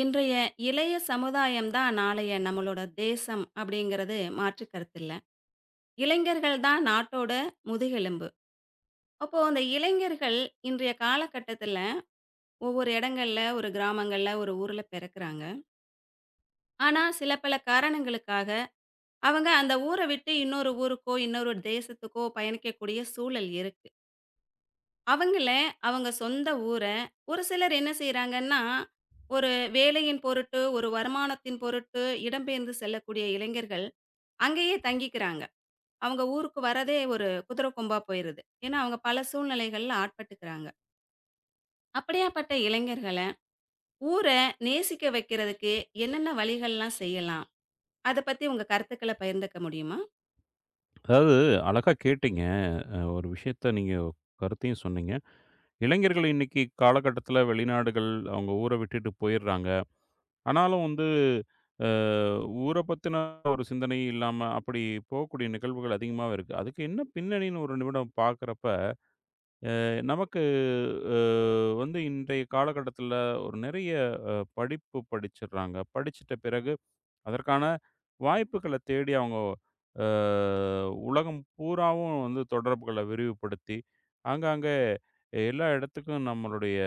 இன்றைய இளைய சமுதாயம் தான் நாளைய நம்மளோட தேசம் அப்படிங்கிறது மாற்று கருத்தில்ல. இளைஞர்கள் தான் நாட்டோட முதுகெலும்பு. அப்போ அந்த இளைஞர்கள் இன்றைய காலகட்டத்தில ஒவ்வொரு இடங்கள்ல, ஒரு கிராமங்கள்ல, ஒரு ஊர்ல பிறக்குறாங்க. ஆனா சில பல காரணங்களுக்காக அவங்க அந்த ஊர விட்டு இன்னொரு ஊருக்கோ, இன்னொரு தேசத்துக்கோ பயணிக்கக்கூடிய சூழல் இருக்கு. அவங்கள அவங்க சொந்த ஊர ஒரு சிலர் என்ன செய்றாங்கன்னா, ஒரு வேலையின் பொருட்டு, ஒரு வருமானத்தின் பொருட்டு இடம்பெயர்ந்து செல்லக்கூடிய இளைஞர்கள் அங்கேயே தங்கிக்கிறாங்க. அவங்க ஊருக்கு வரதே ஒரு குதிரை கொம்பா போயிருது. ஏன்னா, அவங்க பல சூழ்நிலைகள்ல ஆட்பட்டுக்கிறாங்க. அப்படியாப்பட்ட இளைஞர்கள, ஊர நேசிக்க வைக்கிறதுக்கு என்னென்ன வழிகள்லாம் செய்யலாம்? அத பத்தி உங்க கருத்துக்கள பகிர்ந்துக்க முடியுமா? அதாவது அழகா கேட்டீங்க. ஒரு விஷயத்த நீங்க கருத்தையும் சொன்னீங்க. இளைஞர்கள் இன்னைக்கு காலகட்டத்தில வெளிநாடுகள், அவங்க ஊர விட்டுட்டு போயிர்றாங்க. ஆனாலும் வந்து அ ஊர பத்தின ஒரு சிந்தனை இல்லாம, அப்படி போகக்கூடிய நிகழ்வுகள் அதிகமாவே இருக்கு. அதுக்கு என்ன பின்னணின்னு ஒரு நிமிடம் பார்க்குறப்ப, நமக்கு அ வந்து இன்றைய காலகட்டத்தில ஒரு நிறைய படிப்பு படிச்சிடுறாங்க. படிச்சிட்ட பிறகு அதற்கான வாய்ப்புகள தேடி அவங்க அ உலகம் பூராவும் வந்து தொடர்புகள விரிவுபடுத்தி, ஆங்காங்க எல்லா இடத்துக்கும் நம்மளுடைய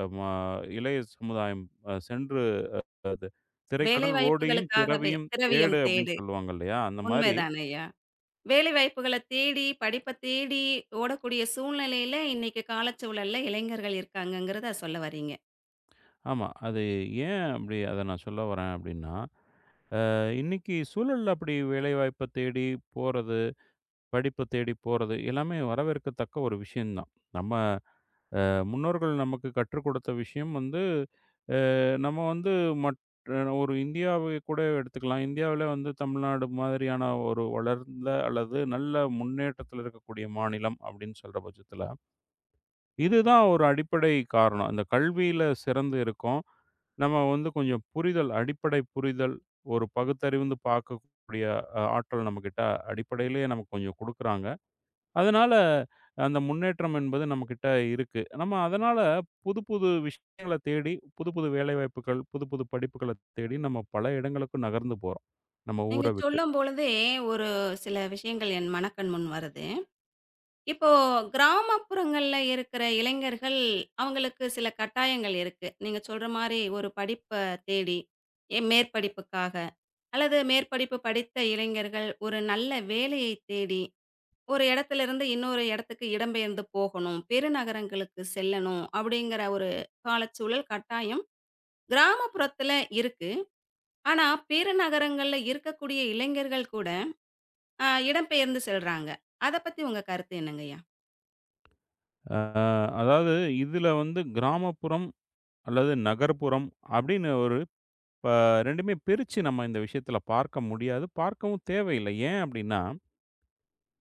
அ ம இளைய சமுதாயம் சென்று அது "திரைக்கடல் ஓடியும் வேலைவாய்ப்புகளுக்காகவே திரவியும் திரவியம் தேடு" அப்படின்னு தேடு. சொல்லுவாங்க இல்லையா? அந்த மாரி. உண்மைதான ஐயா. வேலைவாய்ப்புகள தேடி, படிப்ப தேடி ஓடக்கூடிய சூழ்நிலையில இன்னைக்கு காலச்சூழல்ல இளைஞர்கள் இருக்காங்கங்கிறத சொல்ல வர்றீங்க. ஆமா. அது ஏன் அப்படி அத நான் சொல்ல வரேன் அப்படின்னா, இன்னைக்கு சூழல் அப்படி வேலைவாய்ப்ப தேடி போறது, படிப்ப தேடி போறது எல்லாமே வரவேற்கத்தக்க ஒரு விஷயம் தான். நம்ம முன்னோர்கள் நமக்கு கற்றுக் கொடுத்த விஷயம் வந்து நம்ம வந்து மற்ற ஒரு இந்தியாவை கூட எடுத்துக்கலாம். இந்தியாவில் வந்து தமிழ்நாடு மாதிரியான ஒரு வளர்ந்த அல்லது நல்ல முன்னேற்றத்தில் இருக்கக்கூடிய மாநிலம் அப்படின்னு சொல்கிற பட்சத்தில் இதுதான் ஒரு அடிப்படை காரணம். இந்த கல்வியில் சிறந்து இருக்கோம். நம்ம வந்து கொஞ்சம் புரிதல், அடிப்படை புரிதல், ஒரு பகுத்தறிவுந்து பார்க்கக்கூடிய ஆற்றல் நம்மக்கிட்ட அடிப்படையிலேயே நமக்கு கொஞ்சம் கொடுக்குறாங்க. அதனால, அந்த முன்னேற்றம் என்பது நம்மகிட்ட இருக்கு. நம்ம அதனால புது புது விஷயங்கள தேடி, புது புது வேலைவாய்ப்புகள், புது புது படிப்புகள தேடி நம்ம பல இடங்களுக்கு நகர்ந்து போறோம். நம்ம ஊர நீங்க விட்டு. சொல்லும்பொழுதே ஒரு சில விஷயங்கள் என் மனக்கண் முன் வருது. இப்போ கிராமப்புறங்கள்ல இருக்கிற இளைஞர்கள், அவங்களுக்கு சில கட்டாயங்கள் இருக்கு. நீங்க சொல்ற மாரி ஒரு படிப்ப தேடி, மேற்படிப்புக்காக அல்லது மேற்படிப்பு படித்த இளைஞர்கள் ஒரு நல்ல வேலையைத் தேடி, ஒரு இடத்திலிருந்து இன்னொரு இடத்துக்கு இடம்பெயர்ந்து போகணும், பெருநகரங்களுக்கு செல்லணும் அப்படிங்கிற ஒரு காலச்சூழல் கட்டாயம் கிராமப்புறத்துல இருக்கு. ஆனா, பெருநகரங்கள்ல இருக்கக்கூடிய இளைஞர்கள் கூட இடம்பெயர்ந்து செல்றாங்க. அத பத்தி உங்க கருத்து என்னங்கய்யா? அ அதாவது இதுல வந்து கிராமப்புறம் அல்லது நகர்ப்புறம் அப்படின்னு ஒரு ப 2மே பிரிச்சு நம்ம இந்த விஷயத்துல பார்க்க முடியாது. பார்க்கவும் தேவையில்ல. ஏன் அப்படின்னா,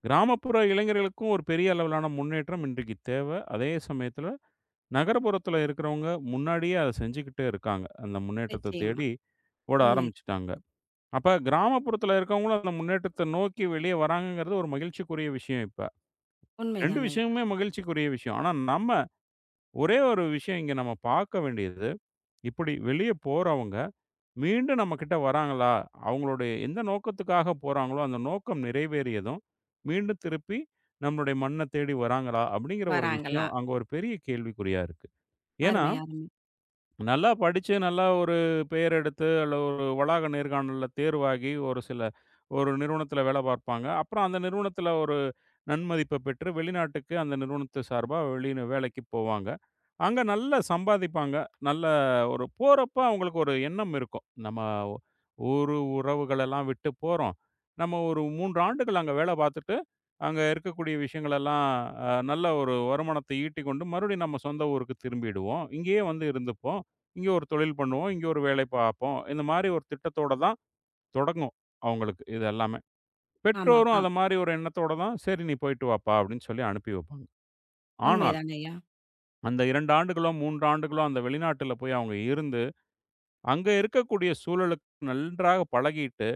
கிராமப்புற இளைஞர்களுக்கும் ஒரு பெரிய அளவிலான முன்னேற்றம் இன்றைக்கு தேவை. அதே சமயத்துல நகரப்புறத்துல இருக்கிறவங்க முன்னாடியே அத செஞ்சுக்கிட்டே இருக்காங்க. அந்த முன்னேற்றத்த நிச்சயமா. தேடி ஓட உண்மை. ஆரம்பிச்சுட்டாங்க. அப்ப கிராமப்புறத்துல இருக்கவங்களும் அந்த முன்னேற்றத்த நோக்கி வெளிய வராங்கங்கிறது ஒரு மகிழ்ச்சிக்குரிய விஷயம் இப்ப. 2 உண்மைதானே! விஷயமுமே மகிழ்ச்சிக்குரிய விஷயம். ஆனா நம்ம ஒரே ஒரு விஷயம் இங்க நம்ம பார்க்க வேண்டியது, இப்படி வெளிய போறவங்க மீண்டும் நம்மகிட்ட வராங்களா? அவங்களுடைய எந்த நோக்கத்துக்காக போறாங்களோ, அந்த நோக்கம் நிறைவேறியதும், மீண்டும் திருப்பி நம்மளுடைய மண்ண தேடி வராங்களா? அப்படிங்கிற ஒரு வராங்களா? விஷயம் அங்க ஒரு பெரிய கேள்விக்குறியா இருக்கு. ஏன்னா அருமை, அருமை. நல்லா படிச்சு, நல்லா ஒரு பெயர் எடுத்து, அல்ல ஒரு வளாக நேர்காணல்ல தேர்வாகி, ஒரு சில ஒரு நிறுவனத்தில வேலை பார்ப்பாங்க. அப்புறம் அந்த நிறுவனத்தில ஒரு நன்மதிப்ப பெற்று, வெளிநாட்டுக்கு அந்த நிறுவனத்து சார்பா வெளியில வேலைக்கு போவாங்க. அங்க நல்லா சம்பாதிப்பாங்க. நல்ல ஒரு போறப்ப அவங்களுக்கு ஒரு எண்ணம் இருக்கும். நம்ம ஒ- ஊரு, உறவுகளெல்லாம் விட்டு போறோம். நம்ம ஒரு 3 ஆண்டுகள் அங்க வேலை பார்த்துட்டு, அங்க இருக்கக்கூடிய விஷயங்களெல்லாம் நல்ல ஒரு வருமானத்தை ஈட்டிக்கொண்டு, மறுபடியும் நம்ம சொந்த ஊருக்கு திரும்பிடுவோம். இங்கேயே வந்து இருந்துப்போம். இங்க ஒரு தொழில் பண்ணுவோம். இங்க ஒரு வேலை பார்ப்போம். இந்த மாரி ஒரு திட்டத்தோட தான் தொடங்கும் அவங்களுக்கு இது எல்லாமே. ஆமாம், பெற்றோரும் அத ஆம். மாரி ஒரு எண்ணத்தோட தான், "சரி நீ போயிட்டு வாப்பா" அப்படின்னு சொல்லி அனுப்பி வைப்பாங்க. ஆனால், உண்மைதானேய்யா. அந்த 2 ஆண்டுகளோ, 3 ஆண்டுகளோ அந்த வெளிநாட்டுல போய் அவங்க இருந்து, அங்க இருக்கக்கூடிய சூழலுக்கு நன்றாக பழகிட்டு,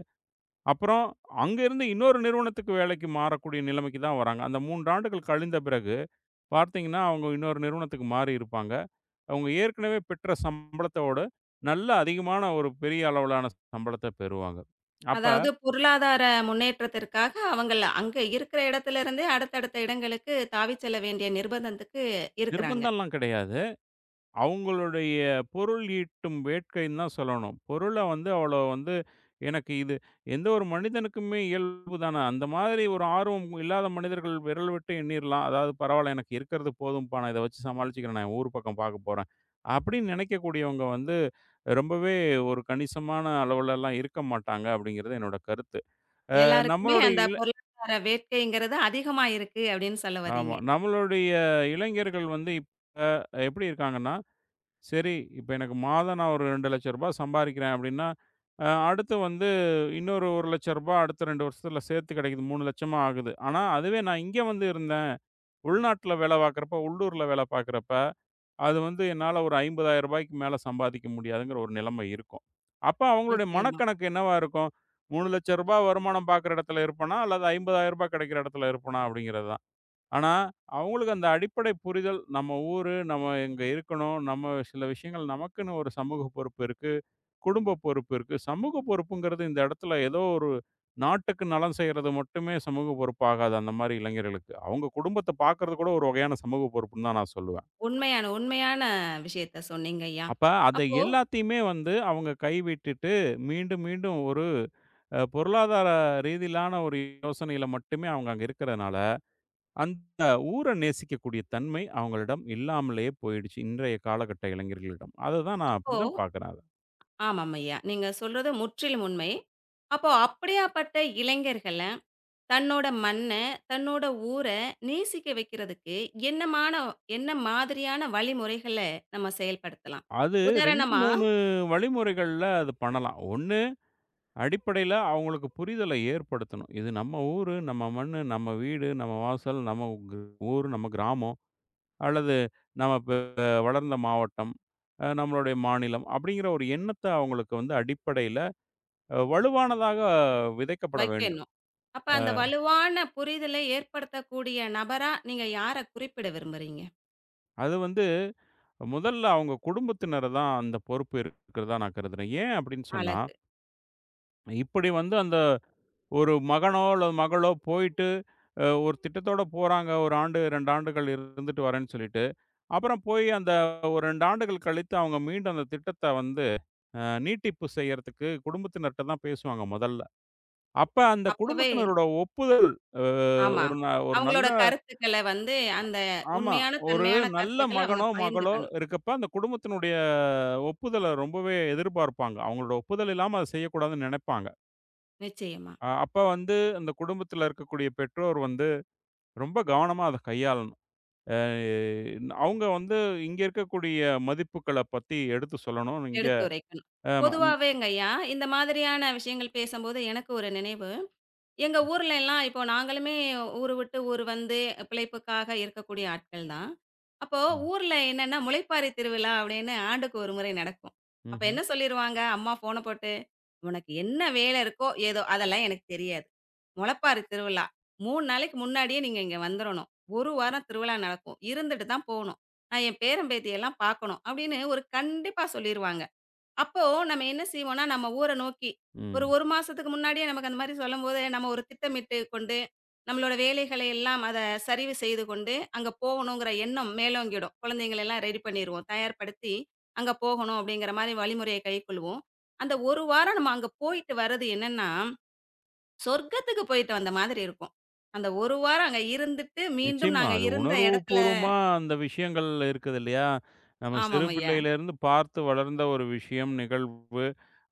அப்புறம் அங்கேருந்து இன்னொரு நிறுவனத்துக்கு வேலைக்கு மாறக்கூடிய நிலைமைக்கு தான் வராங்க. அந்த 3 ஆண்டுகள் கழிந்த பிறகு பார்த்தீங்கன்னா, அவங்க இன்னொரு நிறுவனத்துக்கு மாறி இருப்பாங்க. அவங்க ஏற்கனவே பெற்ற சம்பளத்தோட நல்ல அதிகமான ஒரு பெரிய அளவிலான சம்பளத்த பெறுவாங்க. அப்ப அதாவது பொருளாதார முன்னேற்றத்திற்காக அவங்கள் அங்க இருக்கிற இடத்துல இருந்தே அடுத்தடுத்த இடங்களுக்கு தாவிச் செல்ல வேண்டிய நிர்பந்தத்துக்கு இருக்கிறாங்க. நிர்பந்தம்லாம் கிடையாது. அவங்களுடைய பொருள் ஈட்டும் வேட்கைன்னு தான் சொல்லணும். பொருள வந்து அவ்வளோ வந்து எனக்கு இது எந்த ஒரு மனிதனுக்குமே இயல்பு தான. அந்த மாதிரி ஒரு ஆர்வம் இல்லாத மனிதர்கள் விரல் விட்டு எண்ணிறலாம். அதாவது பரவாயில்ல எனக்கு இருக்கிறது போதும்பா, நான் இத வச்சு சமாளிச்சுக்கிறேன். நான் ஊர் பக்கம் பார்க்க போறேன். அப்படின்னு நினைக்கக்கூடியவங்க வந்து ரொம்பவே, ஒரு கணிசமான அளவுலலாம் இருக்க மாட்டாங்க அப்படிங்கிறது என்னோட கருத்து. எல்லாருக்குமே நம்மளுடைய அந்த இள பொருளாதார வேட்கைங்கிறது அதிகமா இருக்கு அப்படின்னு சொல்ல ஆமா. வர்றீங்க. நம்மளுடைய இளைஞர்கள் வந்து இப்ப எப்படி இருக்காங்கன்னா, சரி இப்ப எனக்கு மாதம் நான் ஒரு ரூ. 2,00,000 சம்பாரிக்கிறேன் அப்படின்னா, அடுத்து வந்து இன்னொரு ரூ. 1,00,000 அடுத்த 2 வருஷத்துல சேர்த்து கிடைக்குது. 3,00,000 ஆகுது. ஆனா, அதுவே நான் இங்க வந்து இருந்தேன். உள்நாட்ல வேலை பார்க்குறப்ப, உள்ளூர்ல வேலை பார்க்குறப்ப, அது வந்து என்னால ஒரு ரூ. 50,000 மேல சம்பாதிக்க முடியாதுங்கிற ஒரு நிலைமை இருக்கும். அப்ப அவங்களுடைய நிச்சயமா. மனக்கணக்கு என்னவா இருக்கும்? ரூ. 3,00,000 வருமானம் பார்க்குற இடத்துல இருப்பனா, அல்லது ரூ. 50,000 கிடைக்கிற இடத்துல இருப்பனா அப்படிங்கிறது. ஆனா, அவங்களுக்கு அந்த அடிப்படை புரிதல், நம்ம ஊரு, நம்ம இங்க இருக்கணும், நம்ம சில விஷயங்கள் நமக்குன்னு ஒரு சமூக பொறுப்பு இருக்கு, குடும்ப பொறுப்பு இருக்கு. சமூக பொறுப்புங்கிறது இந்த இடத்துல ஏதோ ஒரு நாட்டுக்கு நலம் செய்றது மட்டுமே சமூக பொறுப்பு ஆகாது, அந்த மாரி இளைஞர்களுக்கு. அவங்க குடும்பத்த பார்க்கறது கூட ஒரு வகையான சமூக பொறுப்புன்னு தான் நான் சொல்லுவேன். உண்மையான உண்மையான விஷயத்த சொன்னீங்கய்யா. அப்ப அத அப்போ எல்லாத்தையுமே வந்து அவங்க கைவிட்டுட்டு, மீண்டும் மீண்டும் ஒரு பொருளாதார ரீதியிலான ஒரு யோசனையில மட்டுமே அவங்க அங்க இருக்கிறதுனால அந்த ஊர நேசிக்கக்கூடிய தன்மை அவங்களிடம் இல்லாமலே போயிடுச்சு. இன்றைய காலகட்ட இளைஞர்களிடம். அததான், நான் அப்போ அப்படிதான் பார்க்குறேன் அத. ஆமாம் ஐயா. நீங்க சொல்றது முற்றிலும் உண்மை. அப்போ அப்படியாப்பட்ட இளைஞர்கள தன்னோட மண்ண, தன்னோட ஊர நேசிக்க வைக்கிறதுக்கு என்னமான என்ன மாதிரியான வழிமுறைகள நம்ம செயல்படுத்தலாம்? அது 2, உதாரணமா 3 வழிமுறைகள்ல அது பண்ணலாம். 1, அடிப்படையில அவங்களுக்கு புரிதலை ஏற்படுத்தணும். இது நம்ம ஊரு, நம்ம மண்ணு, நம்ம வீடு, நம்ம வாசல், நம்ம ஊர், நம்ம கிராமம் அல்லது நம்ம வளர்ந்த மாவட்டம், நம்மளுடைய மாநிலம் அப்படிங்கிற ஒரு எண்ணத்த அவங்களுக்கு வந்து அடிப்படையில வலுவானதாக விதைக்கப்பட வேண்டும். வைக்கணும். அப்ப அந்த வலுவான புரிதலை ஏற்படுத்தக்கூடிய நபரா நீங்க யார குறிப்பிட விரும்புறீங்க? அது வந்து முதல்ல அவங்க குடும்பத்தினர தான் அந்த பொறுப்பு இருக்கிறதா நான் கருதுறேன். ஏன் அப்படின்னு சொன்னா, அழகு. இப்படி வந்து அந்த ஒரு மகனோ அல்லது மகளோ போயிட்டு ஒரு திட்டத்தோட போறாங்க. 1 ஆண்டு, 2 ஆண்டுகள் இருந்துட்டு வரேன்னு சொல்லிட்டு, அப்புறம் போய் அந்த ஒரு 2 ஆண்டுகள் கழித்து அவங்க மீண்டும் அந்த திட்டத்த வந்து நீட்டிப்பு செய்யறதுக்கு குடும்பத்தினர்ட்ட தான் பேசுவாங்க முதல்ல. அப்ப அந்த அப்பவே குடும்பத்தினரோட ஒப்புதல் அ ஆமா. ஒரு நல்ல. அவங்களோட கருத்துக்கள வந்து அந்த ஆமா. உண்மையான, ஒரு தன்மையான நல்ல கருத்துக்கள அவங்க மகனோ, மகளோ பகிர்ந்துக்கணும். இருக்கப்ப அந்த குடும்பத்தினுடைய ஒப்புதல ரொம்பவே எதிர்பார்ப்பாங்க. அவங்களோட ஒப்புதல் இல்லாம அத செய்யக்கூடாதுன்னு நினைப்பாங்க. நிச்சயமா. அப்ப வந்து அந்த குடும்பத்தில இருக்கக்கூடிய பெற்றோர் வந்து ரொம்ப கவனமா அத கையாளணும். அ அவங்க வந்து இங்க இருக்கக்கூடிய மதிப்புகள பத்தி எடுத்து சொல்லணும். இங்க. எடுத்துரைக்கணும். ஆமா. பொதுவாவேங்கய்யா, இந்த மாதிரியான விஷயங்கள் பேசம்போது எனக்கு ஒரு நினைவு எங்க ஊர்ல எல்லாம் இப்போ நாங்களுமே ஊரு விட்டு ஊர் வந்து பிழைப்புக்காக இருக்கக்கூடிய ஆட்கள் தான். அப்போ ம். ஊர்ல என்னன்னா முளைப்பாரி திருவிழா அப்படின்னு ஆண்டுக்கு ஒரு முறை நடக்கும். அப்ப ம்ஹ்ம். என்ன சொல்லிருவாங்க, அம்மா ஃபோன போட்டு, "உனக்கு என்ன வேலை இருக்கோ ஏதோ அதெல்லாம் எனக்கு தெரியாது. முளைப்பாரி திருவிழா 3 நாளைக்கு முன்னாடியே நீங்க இங்க வந்துரணும். 1 வாரம் திருவிழா நடக்கும். இருந்துட்டு தான் போணும். நான் என் பேரன் பேத்தியெல்லாம் பார்க்கணும்." அப்படின்னு ஒரு கண்டிப்பா சொல்லிருவாங்க. அப்போ நம்ம என்ன செய்வோம்னா, நம்ம ஊர நோக்கி, ஒரு ம். 1 மாசத்துக்கு முன்னாடியே நமக்கு அந்த மாரி சொல்லும்போது, நம்ம ஒரு திட்டமிட்டு கொண்டு, நம்மளோட வேலைகளை எல்லாம் அத சரிவு செய்து கொண்டு, அங்க போகணுங்கிற எண்ணம் மேலோங்கிடும். குழந்தைங்கள எல்லாம் ரெடி பண்ணிருவோம். தயார்படுத்தி, அங்க போகணும் அப்படிங்கிற மாரி வழிமுறைய கைக்கொள்வோம். அந்த 1 வாரம் நம்ம அங்க போயிட்டு வர்றது என்னன்னா, சொர்க்கத்துக்கு போயிட்டு வந்த மாதிரி இருக்கும். அந்த 1 வாரம் அங்க இருந்துட்டு, மீண்டும் நிச்சயமா. நாங்க அது இருந்த இடத்துல உணர்வுபூர்வமா அந்த விஷயங்கள் இருக்குது இல்லையா? நம்ம சிறு ஆமாம் ஐயா. பிள்ளையிலேருந்து பார்த்து வளர்ந்த ஒரு விஷயம், நிகழ்வு.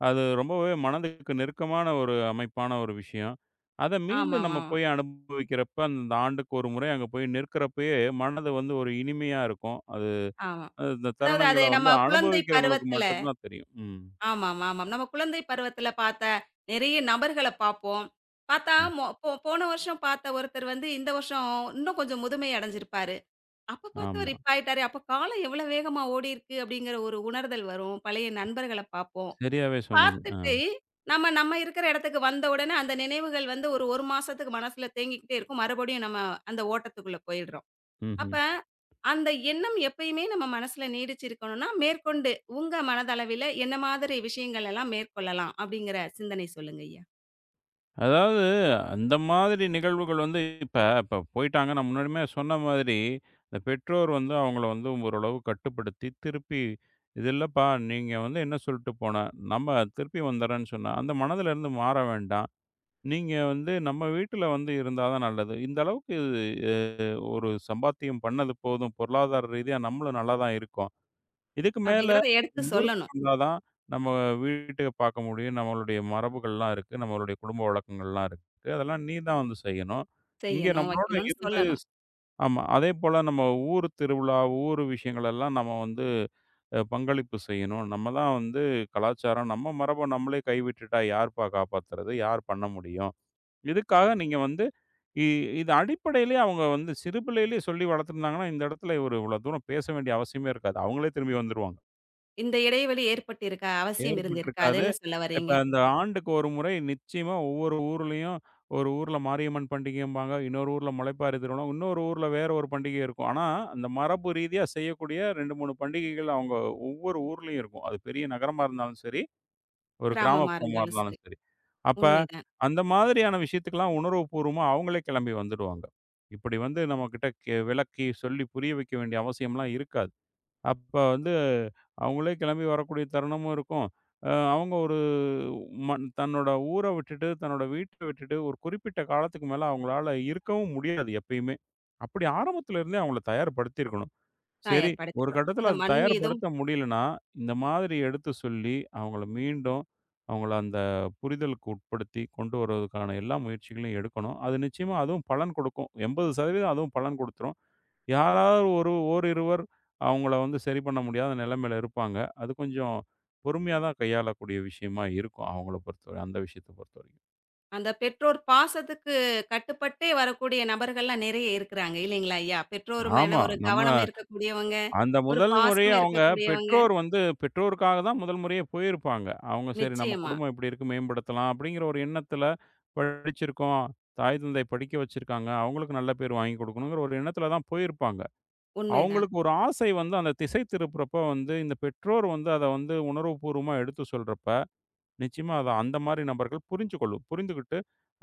அது ரொம்பவே மனதுக்கு நெருக்கமான ஒரு அமைப்பான ஒரு விஷயம். அத மீண்டும் நம்ம ஆமாமாமா. போய் அனுபவிக்கிறப்ப, அந்த ஆண்டுக்கு ஒரு முறை அங்க போய் நிற்கிறப்பயே, மனது வந்து ஒரு இனிமையா இருக்கும். அது. ஆமா. அது இந்த அதாவது அது தருணங்கள நம்ம வந்து குழந்தை அனுபவிக்கிறவங்களுக்கு பருவத்துல மட்டும் தான் தெரியும். ம். ஆமாம், ஆமாம். நம்ம குழந்தை பருவத்தில பார்த்த நிறைய நபர்கள பார்ப்போம். பார்த்தா ம். மொ போ போன வருஷம் பார்த்த ஒருத்தர் வந்து இந்த வருஷம் இன்னும் கொஞ்சம் முதுமை அடைஞ்சிருப்பாரு. அப்ப பார்த்தவர் ஆமா. இப்ப ஆயிட்டாரே! அப்ப காலம் எவ்வளோ வேகமா ஓடியிருக்கு அப்படிங்கிற ஒரு உணர்தல் வரும். பழைய நண்பர்கள பார்ப்போம். சரியாவே சொன்னீங்க. ஆ. பார்த்துட்டு நம்ம நம்ம இருக்கிற இடத்துக்கு வந்த உடனே அந்த நினைவுகள் வந்து ஒரு 1 மாசத்துக்கு மனசுல தேங்கிக்கிட்டே இருக்கும். மறுபடியும் நம்ம அந்த ஓட்டத்துக்குள்ள போயிடுறோம். ம்ஹ்ம். அப்ப, அந்த எண்ணம் எப்பயுமே நம்ம மனசுல நீடிச்சிருக்கணும்னா, மேற்கொண்டு உங்க மனதளவில என்ன மாதிரி விஷயங்கள் எல்லாம் மேற்கொள்ளலாம்? அப்படிங்கிற சிந்தனை சொல்லுங்க ஐயா. அதாவது, அந்த மாதிரி நிகழ்வுகள் வந்து இப்ப இப்ப போயிட்டாங்க. நான் முன்னாடியுமே சொன்ன மாதிரி, இந்த பெற்றோர் வந்து அவங்கள வந்து ஓரளவு கட்டுப்படுத்தி, திருப்பி "இது இல்லப்பா, நீங்க வந்து என்ன சொல்லிட்டு போன, நம்ம திருப்பி வந்துர்றேன்னு சொன்னா, அந்த மனதுல இருந்து மாற வேண்டாம். நீங்க வந்து நம்ம வீட்டுல வந்து இருந்தா தான் நல்லது. இந்த அளவுக்கு அ ஒரு சம்பாத்தியம் பண்ணது போதும். பொருளாதார ரீதியா நம்மளும் நல்லா தான் இருக்கோம். இதுக்கு மேல அப்படிங்கிறத எடுத்து ஊருக்கு சொல்லணும். வந்தா தான், நம்ம வீட்டுக்கு பார்க்க முடியும். நம்மளுடைய மரபுகள்லாம் இருக்கு. நம்மளுடைய குடும்ப வழக்கங்கள்லாம் இருக்கு. அதெல்லாம் நீ தான் வந்து செய்யணும். இங்கே செய்யணும், நம்மளோட வைக்கணும்னு இருந்து. சொல்லணும். ஆமா. அதேபோல நம்ம ஊர் திருவிழா, ஊர் விஷயங்கள் எல்லாம் நம்ம வந்து பங்களிப்பு செய்யணும். நம்ம தான் வந்து கலாச்சாரம், நம்ம மரப நம்மளே கைவிட்டுட்டா யார்ப்பா காப்பாத்துறது? யார் பண்ண முடியும்? இதுக்காக நீங்க வந்து இ இது அடிப்படையிலேயே அவங்க வந்து சிறு பிள்ளையிலேயே சொல்லி வளர்த்துருந்தாங்கன்னா, இந்த இடத்துல ஒரு இவ்வளோ தூரம் பேச வேண்டிய அவசியமே இருக்காது. அவங்களே திரும்பி வந்துருவாங்க. இந்த இடைவெளி ஏற்பட்டிருக்கா? அவசியம் இருந்திருக்கா? ஏற்பட்டிருக்காது. அதுன்னு சொல்ல இப்ப வர்றீங்க. அந்த ஆண்டுக்கு ஒரு முறை நிச்சயமா ஒவ்வொரு ஊர்லயும், ஒரு ஊர்ல மாரியம்மன் பண்டிகைம்பாங்க. இன்னொரு ஊர்ல முளைப்பாரி திருவிழா. இன்னொரு ஊர்ல வேற ஒரு பண்டிகை இருக்கும். ஆனா, அந்த மரபு ரீதியா செய்யக்கூடிய 2, 3 பண்டிகைகள் அவங்க ஒவ்வொரு ஊர்லயும் இருக்கும். அது பெரிய நகரமா இருந்தாலும் சரி, ஒரு கிராமமா கிராமப்புறமா இருந்தாலும் இருந்தாலும் சரி. சரி. அப்ப உண்மைதான். அந்த மாதிரியான விஷயத்துக்கெல்லாம் உணர்வுபூர்வமா அவங்களே கிளம்பி வந்துடுவாங்க. இப்படி வந்து நம்மகிட்ட விளக்கி சொல்லி புரிய வைக்க வேண்டிய அவசியம்லாம் இருக்காது. அப்ப வந்து அவங்களே கிளம்பி வரக்கூடிய தருணமும் இருக்கும். அவங்க ஒரு மண், தன்னோட ஊர விட்டுட்டு, தன்னோட வீட்ட விட்டுட்டு ஒரு குறிப்பிட்ட காலத்துக்கு மேல அவங்களால இருக்கவும் முடியாது எப்பயுமே. அப்படி ஆரம்பத்துல இருந்தே அவங்கள தயார்படுத்தியிருக்கணும். நான் சரி, ஒரு ஏற்படுத்திக்கிறோம். கட்டத்துல அந்த அது மண் மீதும், தயார்படுத்த முடியலன்னா, இந்த மாதிரி எடுத்து சொல்லி, அவங்கள மீண்டும் அவங்கள அந்த புரிதலுக்கு உட்படுத்தி கொண்டு வருவதற்கான எல்லா முயற்சிகளையும் எடுக்கணும். அது நிச்சயமா, அதுவும் பலன் கொடுக்கும். 80% அதுவும் பலன் கொடுத்துரும். யாராவது ஒரு ஓரிருவர் அவங்கள வந்து சரி பண்ண முடியாத நிலைமையில இருப்பாங்க. அது கொஞ்சம் பொறுமையா தான் கையாளக்கூடிய விஷயமா இருக்கும். அவங்கள பொறுத்தவரை, அந்த விஷயத்த பொறுத்தவரைக்கும். அந்த பெற்றோர் பாசத்துக்கு கட்டுப்பட்டே வரக்கூடிய நபர்கள்லாம் நிறைய இருக்கிறாங்க. இல்லைங்களா ஐயா? பெற்றோர் மேல ஆமா. ஒரு கவனம் நம்ம இருக்கக்கூடியவங்க, அந்த ஒரு முதல் முறையே பாசம் அவங்க இருக்கக்கூடியவங்க. பெற்றோர் வந்து பெற்றோருக்காக தான் முதல் முறையே போயிருப்பாங்க. அவங்க சரி, நம்ம நிச்சயமா. குடும்பம் இப்படி இருக்கு மேம்படுத்தலாம் அப்படிங்கிற ஒரு எண்ணத்துல படிச்சிருக்கோம். தாய் தந்தை படிக்க வச்சிருக்காங்க. அவங்களுக்கு நல்ல பேர் வாங்கி கொடுக்கணுங்கிற ஒரு எண்ணத்துல தான் போயிருப்பாங்க. உண்மைதான். அவங்களுக்கு ஒரு ஆசை வந்து அந்த திசை திருப்புறப்ப வந்து இந்த பெற்றோர் வந்து அத வந்து உணர்வுபூர்வமா எடுத்து சொல்றப்ப நிச்சயமா அத அந்த மாரி நபர்கள் புரிஞ்சுகொள்ளும். புரிந்துகிட்டு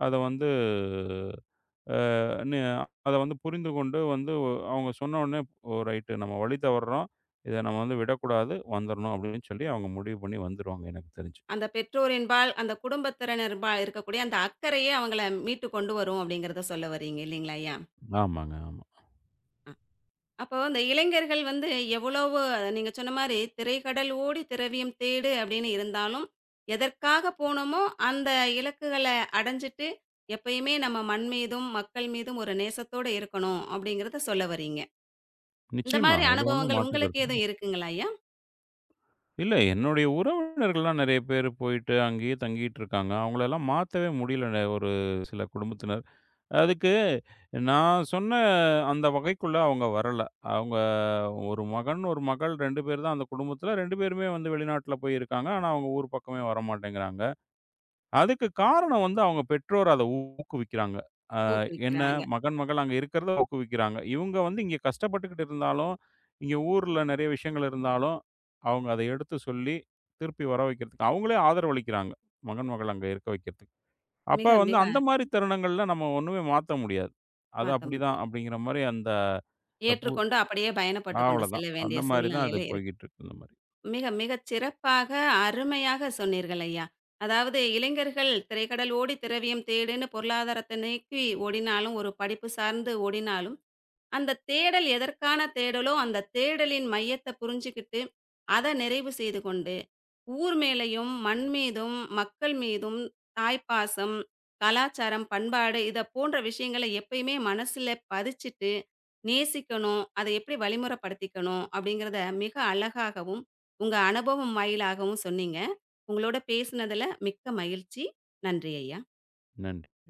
அத வந்து அ நி அத வந்து புரிந்து கொண்டு வந்து அவங்க சொன்னோனே, "ஓ! ரைட்டு, நம்ம வழி தவறுறோம். இத நம்ம வந்து விடக்கூடாது. வந்துரணும்." அப்படின்னு சொல்லி அவங்க முடிவு பண்ணி வந்துருவாங்க எனக்கு தெரிஞ்சு. அந்த பெற்றோர் என்பால், அந்த குடும்பத்தினர்பால் இருக்கக்கூடிய அந்த அக்கறையே அவங்கள மீட்டு கொண்டு வரும் அப்படிங்கிறத சொல்ல வர்றீங்க இல்லைங்களா ஐயா? ஆமாங்க, ஆமா. அப்போ இந்த இளைஞர்கள் வந்து எவ்வளவோ நீங்க சொன்ன மாரி "திரைக்கடல் ஓடி திரவியம் தேடு" அப்படின்னு இருந்தாலும், எதற்காக போனோமோ அந்த இலக்குகள அடைஞ்சிட்டு, எப்பயுமே நம்ம மண் மீதும், மக்கள் மீதும் ஒரு நேசத்தோட இருக்கணும் அப்படிங்கிறத சொல்ல வர்றீங்க. இந்த நிச்சயமா. மாரி அதுல ஒண்ணும் அனுபவங்கள் மாற்று உங்களுக்கு கருத்து இல்ல. எதுவும் இருக்குங்களா ஐயா? இல்ல, என்னுடைய உறவினர்கள்லாம் நெறைய பேர் போயிட்டு அங்கேயே தங்கிட்டு இருக்காங்க. அவங்களலாம் மாத்தவே முடியல ஒரு சில குடும்பத்தினர். அதுக்கு நான் சொன்ன அந்த வகைக்குள்ள அவங்க வரல. அவங்க ஒரு மகன், ஒரு மகள் 2 பேர் தான் அந்த குடும்பத்தில. 2 பேருமே வந்து வெளிநாட்ல போய் இருக்காங்க. ஆனா, அவங்க ஊர் பக்கமே வரமாட்டேங்கிறாங்க. அதுக்கு காரணம் வந்து அவங்க பெற்றோர் அத ஊக்குவிக்கிறாங்க. அ என்ன ஊக்குவிக்கிறாங்க. மகன், மகள் அங்க இருக்கிறத ஊக்குவிக்கிறாங்க. இவங்க வந்து இங்க கஷ்டப்பட்டுக்கிட்டு இருந்தாலும், இங்க ஊர்ல நெறைய விஷயங்கள் இருந்தாலும், அவங்க அத எடுத்து சொல்லி திருப்பி வர வைக்கிறதுக்கு அவங்களே ஆதரவளிக்கிறாங்க. மகன், மகள் அங்க இருக்க வைக்கிறதுக்கு. அப்ப மிக வந்து மிக அந்த மாரி தருணங்கள்ல நம்ம ஒண்ணுமே மாத்த முடியாது. அது மாத்த அப்படிதான் முடியாது. அப்படிங்கிற மாரி அந்த அ பு ஏற்றுக்கொண்டு அப்படியே பயணப்பட்டுக் கொண்டு அவ்வளதான். செல்ல அந்த வேண்டிய மாரி தான் அது சூழ்நிலையில இருக்கு. போய்க்கிட்டு இருக்கு இந்த மாரி. மிக மிகச் சிறப்பாக, அருமையாக சொன்னீர்கள் ஐயா. அதாவது இளைஞர்கள் திரைக்கடல் ஓடி திரவியம் தேடுன்னு பொருளாதாரத்தை நோக்கி ஓடினாலும், ஒரு படிப்பு சார்ந்து ஓடினாலும், அந்த தேடல் எதற்கான தேடலோ, அந்த தேடலின் மையத்த புரிஞ்சுகிட்டு, அத நிறைவு செய்து கொண்டு, ஊர் மேலயும், மண் மீதும், மக்கள் மீதும் தாய்ப்பாசம், கலாச்சாரம், பண்பாடு இத போன்ற விஷயங்கள எப்பயுமே மனசுல பதிச்சுட்டு, நேசிக்கணும், அத எப்படி வழிமுறைப்படுத்திக்கணும் அப்படிங்கிறத மிக அழகாகவும், உங்க அனுபவம் வாயிலாகவும் சொன்னீங்க. உங்களோட பேசினதுல மிக்க மகிழ்ச்சி. நன்றி ஐயா! நன்றி.